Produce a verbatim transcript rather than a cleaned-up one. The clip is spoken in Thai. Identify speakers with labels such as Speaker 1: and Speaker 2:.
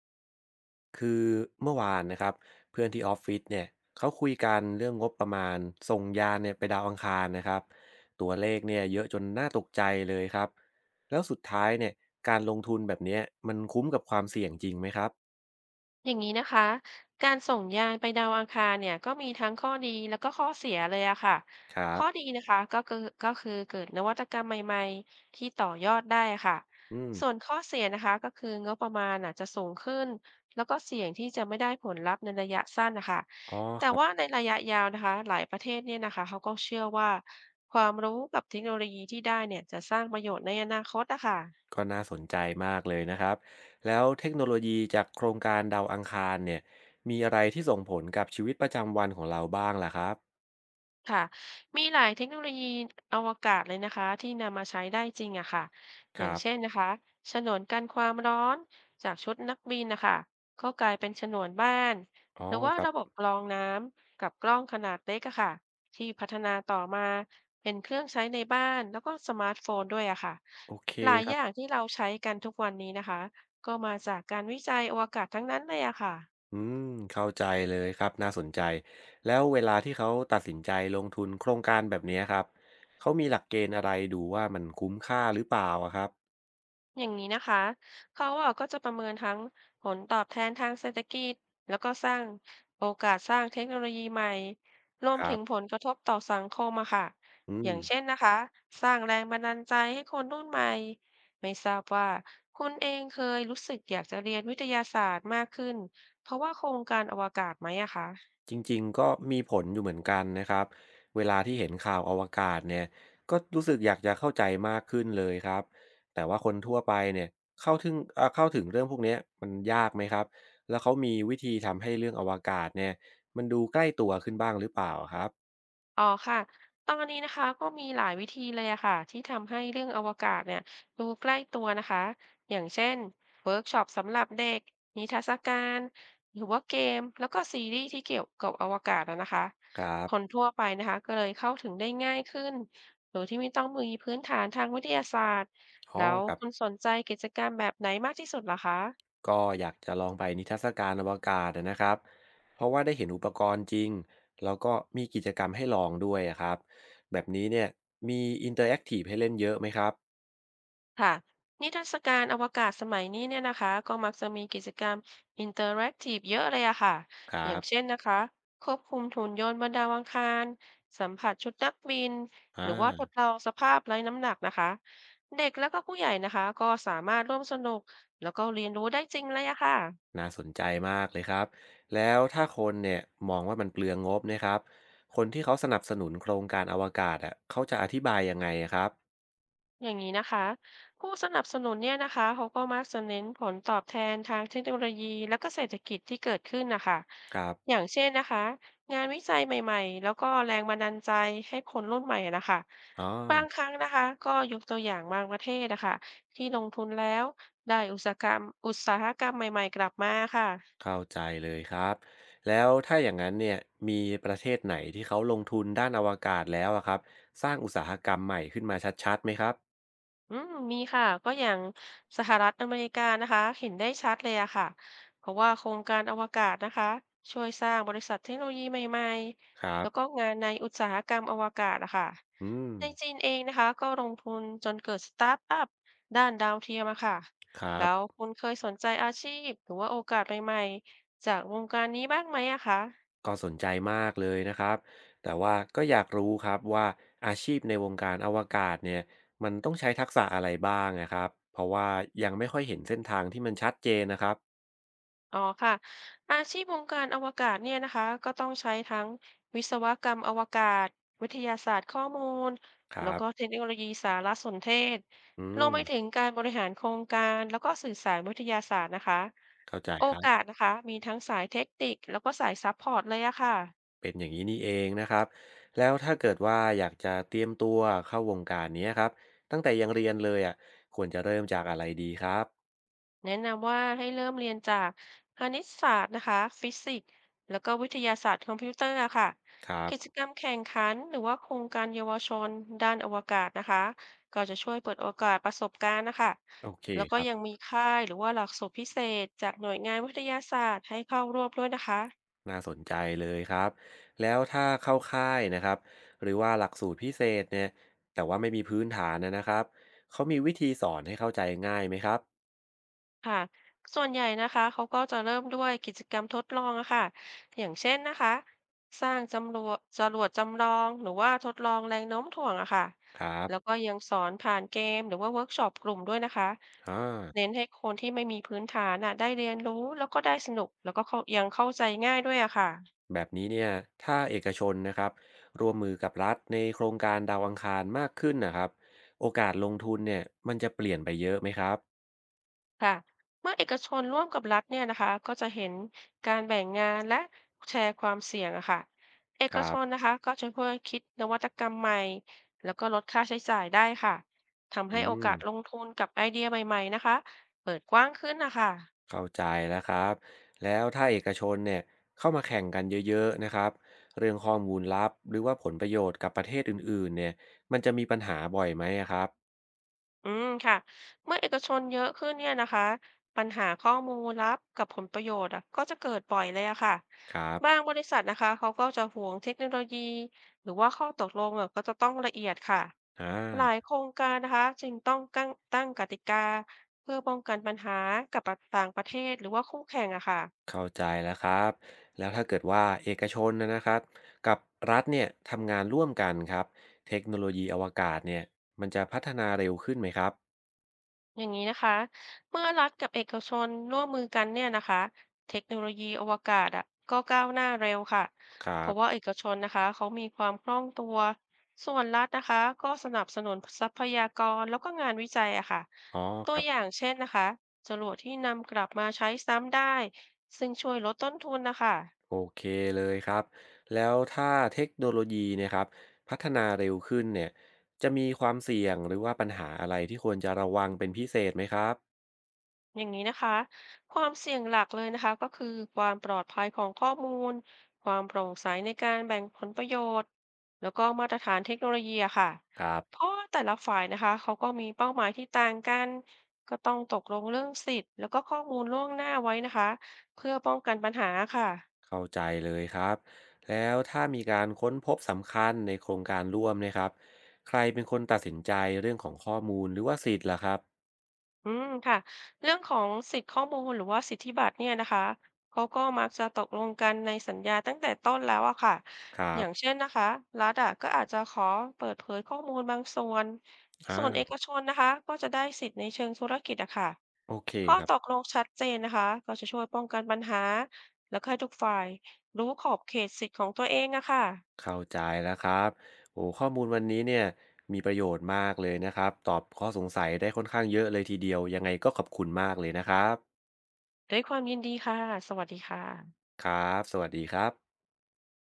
Speaker 1: คือเมื่อวานนะครับเพื่อนที่ออฟฟิศเนี่ยเขาคุยกันเรื่องงบประมาณส่งยานเนี่ยไปดาวอังคารนะครับตัวเลขเนี่ยเยอะจนน่าตกใจเลยครับแล้วสุดท้ายเนี่ยการลงทุนแบบเนี้ยมันคุ้มกับความเสี่ยงจริงไหมครับ
Speaker 2: อย่างนี้นะคะการส่งยานไปดาวอังคารเนี่ยก็มีทั้งข้อดีแล้วก็ข้อเสียเลยอะค่ะ
Speaker 1: ครั
Speaker 2: ข้อ
Speaker 1: บ
Speaker 2: ดีนะคะก็คือก็คือเกิดนวัตกรรมใหม่ๆที่ต่อยอดได้ค่ะ
Speaker 1: อืม
Speaker 2: ส่วนข้อเสียนะคะก็คืองบประมาณอาจจะสูงขึ้นแล้วก็เสี่ยงที่จะไม่ได้ผลลัพธ์ในระยะสั้นนะคะ
Speaker 1: อ๋อค
Speaker 2: แต่
Speaker 1: รั
Speaker 2: ว่า
Speaker 1: บ
Speaker 2: ในระยะยาวนะคะหลายประเทศเนี่ยนะคะเขาก็เชื่อว่าความรู้กับเทคโนโลยีที่ได้เนี่ยจะสร้างประโยชน์ในอนาคตอะค่ะ
Speaker 1: ก็น่าสนใจมากเลยนะครับแล้วเทคโนโลยีจากโครงการดาวอังคารเนี่ยมีอะไรที่ส่งผลกับชีวิตประจำวันของเราบ้างล่ะครับ
Speaker 2: ค่ะมีหลายเทคโนโลยีอวกาศเลยนะคะที่นำมาใช้ได้จริงอะค่ะอ
Speaker 1: ค
Speaker 2: ย่าง
Speaker 1: รับ
Speaker 2: เช่นนะคะฉนวนกันความร้อนจากชุดนักบินนะคะก็กลายเป็นฉนวนบ้าน
Speaker 1: อ๋อ
Speaker 2: หรือว่า
Speaker 1: ครับ
Speaker 2: ระบบกรองน้ำกับกล้องขนาดเล็กอะค่ะที่พัฒนาต่อมาเป็นเครื่องใช้ในบ้านแล้วก็สมาร์ทโฟนด้วยอะค่ะ
Speaker 1: โอเค
Speaker 2: หลาย
Speaker 1: ครั
Speaker 2: อย่าง
Speaker 1: บ
Speaker 2: ที่เราใช้กันทุกวันนี้นะคะก็มาจากการวิจัยอวกาศทั้งนั้นเลยอะค่ะ
Speaker 1: อืมเข้าใจเลยครับน่าสนใจแล้วเวลาที่เขาตัดสินใจลงทุนโครงการแบบเนี้ยครับเขามีหลักเกณฑ์อะไรดูว่ามันคุ้มค่าหรือเปล่าอะครับ
Speaker 2: อย่างนี้นะคะเขาอ่ะก็จะประเมินทั้งผลตอบแทนทางเศรษฐกิจแล้วก็สร้างโอกาสสร้างเทคโนโลยีใหม่รว
Speaker 1: ค
Speaker 2: ม
Speaker 1: รั
Speaker 2: ถึ
Speaker 1: บ
Speaker 2: งผลกระทบต่อสังคมอะค่ะ
Speaker 1: อื
Speaker 2: อ
Speaker 1: ม
Speaker 2: ย่างเช่นนะคะสร้างแรงบันดาลใจให้คนรุ่นใหม่ไม่ทราบว่าคุณเองเคยรู้สึกอยากจะเรียนวิทยาศาสตร์มากขึ้นเพราะว่าโครงการอวกาศไหมอะคะ
Speaker 1: จริงๆก็มีผลอยู่เหมือนกันนะครับเวลาที่เห็นข่าวอวกาศเนี่ยก็รู้สึกอยากจะเข้าใจมากขึ้นเลยครับแต่ว่าคนทั่วไปเนี่ยเข้าถึงเอ่อเข้าถึงเรื่องพวกเนี้ยมันยากไหมครับแล้วเขามีวิธีทำให้เรื่องอวกาศเนี่ยมันดูใกล้ตัวขึ้นบ้างหรือเปล่าครับ
Speaker 2: อ๋อค่ะ ตอนนี้นะคะก็มีหลายวิธีเลยอะค่ะที่ทำให้เรื่องอวกาศเนี่ยดูใกล้ตัวนะคะ อย่างเช่นเวิร์กช็อปสำหรับเด็กนิทรรศการหรือว่าเกมแล้วก็ซีรีส์ที่เกี่ยวกับอวกาศอะนะคะ
Speaker 1: ครับ
Speaker 2: คนทั่วไปนะคะก็เลยเข้าถึงได้ง่ายขึ้นโดยที่ไม่ต้องมีพื้นฐานทางวิทยาศาสตร์
Speaker 1: อ๋อ
Speaker 2: แล้ว
Speaker 1: ครับ
Speaker 2: คุณสนใจกิจกรรมแบบไหนมากที่สุดเหรอคะ
Speaker 1: ก็อยากจะลองไปนิทรรศการอวกาศอะนะครับเพราะว่าได้เห็นอุปกรณ์จริงแล้วก็มีกิจกรรมให้ลองด้วยอะครับแบบนี้เนี่ยมีอินเตอร์แอคทีฟให้เล่นเยอะไหมครับ
Speaker 2: ค่ะนิทรรศการอวกาศสมัยนี้เนี่ยนะคะก็มักจะมีกิจกรรมอินเตอร์แอคทีฟเยอะเลยอะค่ะ
Speaker 1: ครั
Speaker 2: อย่า
Speaker 1: บ
Speaker 2: งเช่นนะคะควบคุมหุ่นยนต์บนดาวอังคารสัมผัสชุดนักบิน
Speaker 1: อ่
Speaker 2: หรือว่าทด
Speaker 1: า
Speaker 2: ลองสภาพไร้น้ำหนักนะคะเด็กแล้วก็ผู้ใหญ่นะคะก็สามารถร่วมสนุกแล้วก็เรียนรู้ได้จริงเลยอะค่ะ
Speaker 1: น่าสนใจมากเลยครับแล้วถ้าคนเนี่ยมองว่ามันเปลืองงบนะครับคนที่เขาสนับสนุนโครงการอวกาศอ่ะเขาจะอธิบายยังไงอะครับ
Speaker 2: อย่างนี้นะคะผู้สนับสนุนเนี่ยนะคะเขาก็มักจะเน้นผลตอบแทนทางเทคโนโลยีและก็เศรษฐกิจที่เกิดขึ้นนะคะ
Speaker 1: ครับ
Speaker 2: อย่างเช่นนะคะงานวิจัยใหม่ๆแล้วก็แรงบันดาลใจให้คนรุ่นใหม่อะนะคะ
Speaker 1: อ๋อ
Speaker 2: บางครั้งนะคะก็ยกตัวอย่างบางประเทศนะคะที่ลงทุนแล้วได้อุตสาหกรรมอุตสาหกรรมใหม่ๆกลับมาค่ะ
Speaker 1: เข้าใจเลยครับแล้วถ้าอย่างนั้นเนี่ยมีประเทศไหนที่เขาลงทุนด้านอวกาศแล้วอะครับสร้างอุตสาหกรรมใหม่ขึ้นมาชัดๆไหมครับ
Speaker 2: อืมมีค่ะก็อย่างสหรัฐอเมริกานะคะเห็นได้ชัดเลยอะค่ะเพราะว่าโครงการอวกาศนะคะช่วยสร้างบริษัทเทคโนโลยีใหม่
Speaker 1: ครั
Speaker 2: ๆ
Speaker 1: บ
Speaker 2: แล้วก็งานในอุตสาหกรรมอวกาศอะค่ะ
Speaker 1: อืม
Speaker 2: ในจีนเองนะคะก็ลงทุนจนเกิดสตาร์ทอัพด้านดาวเทียมอะค่ะ
Speaker 1: ครั
Speaker 2: แล้ว
Speaker 1: บ
Speaker 2: คุณเคยสนใจอาชีพหรือว่าโอกาสใหม่ๆจากวงการนี้บ้างไหมอะคะ
Speaker 1: ก็สนใจมากเลยนะครับแต่ว่าก็อยากรู้ครับว่าอาชีพในวงการอวกาศเนี่ยมันต้องใช้ทักษะอะไรบ้างนะครับเพราะว่ายังไม่ค่อยเห็นเส้นทางที่มันชัดเจนนะครับ
Speaker 2: อ๋อค่ะอาชีพวงการอวกาศเนี่ยนะคะก็ต้องใช้ทั้งวิศวกรรมอวกาศวิทยาศาสตร์ข้อมูล
Speaker 1: ค
Speaker 2: แล้
Speaker 1: รั
Speaker 2: ว
Speaker 1: บ
Speaker 2: ก็เทคโนโลยีสารสนเทศ
Speaker 1: อื
Speaker 2: รวม
Speaker 1: ม
Speaker 2: ไปถึงการบริหารโครงการแล้วก็สื่อสารวิทยาศาสตร์นะคะ
Speaker 1: เข้าใจ
Speaker 2: โอ
Speaker 1: ครั
Speaker 2: กา
Speaker 1: บ
Speaker 2: สนะคะมีทั้งสายเทคนิคแล้วก็สายซัพพอร์ตเลยอะค่ะ
Speaker 1: เป็นอย่างนี้นี่เองนะครับแล้วถ้าเกิดว่าอยากจะเตรียมตัวเข้าวงการเนี้ยครับตั้งแต่ยังเรียนเลยอ่ะควรจะเริ่มจากอะไรดีครับ
Speaker 2: แนะนำว่าให้เริ่มเรียนจากคณิตศาสตร์นะคะฟิสิกส์แล้วก็วิทยาศาสตร์คอมพิวเตอร์ค่ะ
Speaker 1: ครับ
Speaker 2: กิจกรรมแข่งขันหรือว่าโครงการเยาวชนด้านอวกาศนะคะก็จะช่วยเปิดโอกาสประสบการณ์นะคะ
Speaker 1: โอเค
Speaker 2: แล้ว
Speaker 1: ค
Speaker 2: ก็
Speaker 1: รั
Speaker 2: ยัง
Speaker 1: บ
Speaker 2: มีค่ายหรือว่าหลักสูตรพิเศษจากหน่วยงานวิทยาศาสตร์ให้เข้าร่วมด้วยนะคะ
Speaker 1: น่าสนใจเลยครับแล้วถ้าเข้าค่ายนะครับหรือว่าหลักสูตรพิเศษเนี่ยแต่ว่าไม่มีพื้นฐานนะนะครับเขามีวิธีสอนให้เข้าใจง่ายไหมครับ
Speaker 2: ค่ะส่วนใหญ่นะคะเขาก็จะเริ่มด้วยกิจกรรมทดลองอะค่ะอย่างเช่นนะคะสร้างจำรวดจรวดจำลอง หรือว่าทดลองแรงโน้มถ่วงอะค่ะ
Speaker 1: ครั
Speaker 2: แล้ว
Speaker 1: บ
Speaker 2: ก็ยังสอนผ่านเกมหรือว่าเวิร์กช็อปกลุ่มด้วยนะคะ
Speaker 1: อ่า
Speaker 2: เน้นให้คนที่ไม่มีพื้นฐานน่ะได้เรียนรู้แล้วก็ได้สนุกแล้วก็เข้ายังเข้าใจง่ายด้วยอะค่ะ
Speaker 1: แบบนี้เนี่ยถ้าเอกชนนะครับร่วมมือกับรัฐในโครงการดาวอังคารมากขึ้นนะครับโอกาสลงทุนเนี่ยมันจะเปลี่ยนไปเยอะไหมครับ
Speaker 2: ค่ะเมื่อเอกชนร่วมกับรัฐเนี่ยนะคะก็จะเห็นการแบ่งงานและแชร์ความเสี่ยงอะค่ะเอ
Speaker 1: ค
Speaker 2: ก
Speaker 1: รั
Speaker 2: ชน
Speaker 1: บ
Speaker 2: นะคะก็จะเพื่อคิดนวัตกรรมใหม่แล้วก็ลดค่าใช้จ่ายได้ค่ะทำ
Speaker 1: อื
Speaker 2: ให้โอ
Speaker 1: ม
Speaker 2: กาสลงทุนกับไอเดียใหม่ๆนะคะเปิดกว้างขึ้นนะคะ
Speaker 1: เข้าใจแล้วครับแล้วถ้าเอกชนเนี่ยเข้ามาแข่งกันเยอะๆนะครับเรื่องข้อมูลลับหรือว่าผลประโยชน์กับประเทศอื่นๆเนี่ยมันจะมีปัญหาบ่อยไหมอะครับ
Speaker 2: อืมค่ะเมื่อเอกชนเยอะขึ้นเนี่ยนะคะปัญหาข้อมูลลับกับผลประโยชน์อะก็จะเกิดบ่อยเลยอะค่ะ
Speaker 1: ครับ
Speaker 2: บางบริษัทนะคะเขาก็จะหวงเทคโนโลยีหรือว่าข้อตกลงอะก็จะต้องละเอียดค่ะ
Speaker 1: อ่า
Speaker 2: หลายโครงการนะคะจึงต้องตั้งตั้งกติกาเพื่อป้องกันปัญหากับต่างประเทศหรือว่าคู่แข่งอะค่ะ
Speaker 1: เข้าใจแล้วครับแล้วถ้าเกิดว่าเอกชนนะนะครับกับรัฐเนี่ยทำงานร่วมกันครับเทคโนโลยีอวกาศเนี่ยมันจะพัฒนาเร็วขึ้นไหมครับ
Speaker 2: อย่างนี้นะคะเมื่อรัฐกับเอกชนร่วมมือกันเนี่ยนะคะเทคโนโลยีอวกาศอ่ะก็ก้าวหน้าเร็วค่ะ
Speaker 1: ครั
Speaker 2: เพราะว่า
Speaker 1: บ
Speaker 2: เอกชนนะคะเขามีความคล่องตัวส่วนรัฐนะคะก็สนับสนุนทรัพยากรแล้วก็งานวิจัยอะค่ะ
Speaker 1: อ๋อค
Speaker 2: ตัว
Speaker 1: รับ
Speaker 2: อย่างเช่นนะคะจรวดที่นำกลับมาใช้ซ้ำได้ซึ่งช่วยลดต้นทุนนะคะ
Speaker 1: โอเคเลยครับแล้วถ้าเทคโนโลยีเนยครับพัฒนาเร็วขึ้นเนี่ยจะมีความเสี่ยงหรือว่าปัญหาอะไรที่ควรจะระวังเป็นพิเศษไหมครับ
Speaker 2: อย่างนี้นะคะความเสี่ยงหลักเลยนะคะก็คือความปลอดภัยของข้อมูลความโปร่งใสในการแบ่งผลประโยชน์แล้วก็มาตรฐานเทคโนโลยีอะค่ะ
Speaker 1: ครับ
Speaker 2: เพราะว่าแต่ละฝ่ายนะคะเขาก็มีเป้าหมายที่ต่างกันก็ต้องตกลงเรื่องสิทธิ์แล้วก็ข้อมูลล่วงหน้าไว้นะคะเพื่อป้องกันปัญหาค่ะ
Speaker 1: เข้าใจเลยครับแล้วถ้ามีการค้นพบสำคัญในโครงการร่วมเนะครับใครเป็นคนตัดสินใจเรื่องของข้อมูลหรือว่าสิทธิ์ล่ะครับ
Speaker 2: อืมค่ะเรื่องของสิทธิข้อมูลหรือว่าสิทธิบัตรเนี่ยนะคะเขาก็มักจะตกลงกันในสัญญาตั้งแต่ต้นแล้วอะค่ะ
Speaker 1: ครั
Speaker 2: อย่าง
Speaker 1: บ
Speaker 2: เช่นนะคะรัฐอะก็อาจจะขอเปิดเผยข้อมูลบางส่วนส่วนเอ
Speaker 1: อ่า
Speaker 2: กชนนะคะก็จะได้สิทธิ์ในเชิงธุรกิจอะค่ะ
Speaker 1: โอเค
Speaker 2: ข้อ
Speaker 1: ครั
Speaker 2: ต
Speaker 1: บ
Speaker 2: กลงชัดเจนนะคะก็จะช่วยป้องกันปัญหาแล้วก็ให้ทุกฝ่ายรู้ขอบเขตสิทธิ์ของตัวเองอะค่ะ
Speaker 1: เข้าใจแล้วครับโอ้ข้อมูลวันนี้เนี่ยมีประโยชน์มากเลยนะครับตอบข้อสงสัยได้ค่อนข้างเยอะเลยทีเดียวยังไงก็ขอบคุณมากเลยนะครับ
Speaker 2: ด้วยความยินดีค่ะสวัสดีค่ะ
Speaker 1: ครับสวัสดีครับ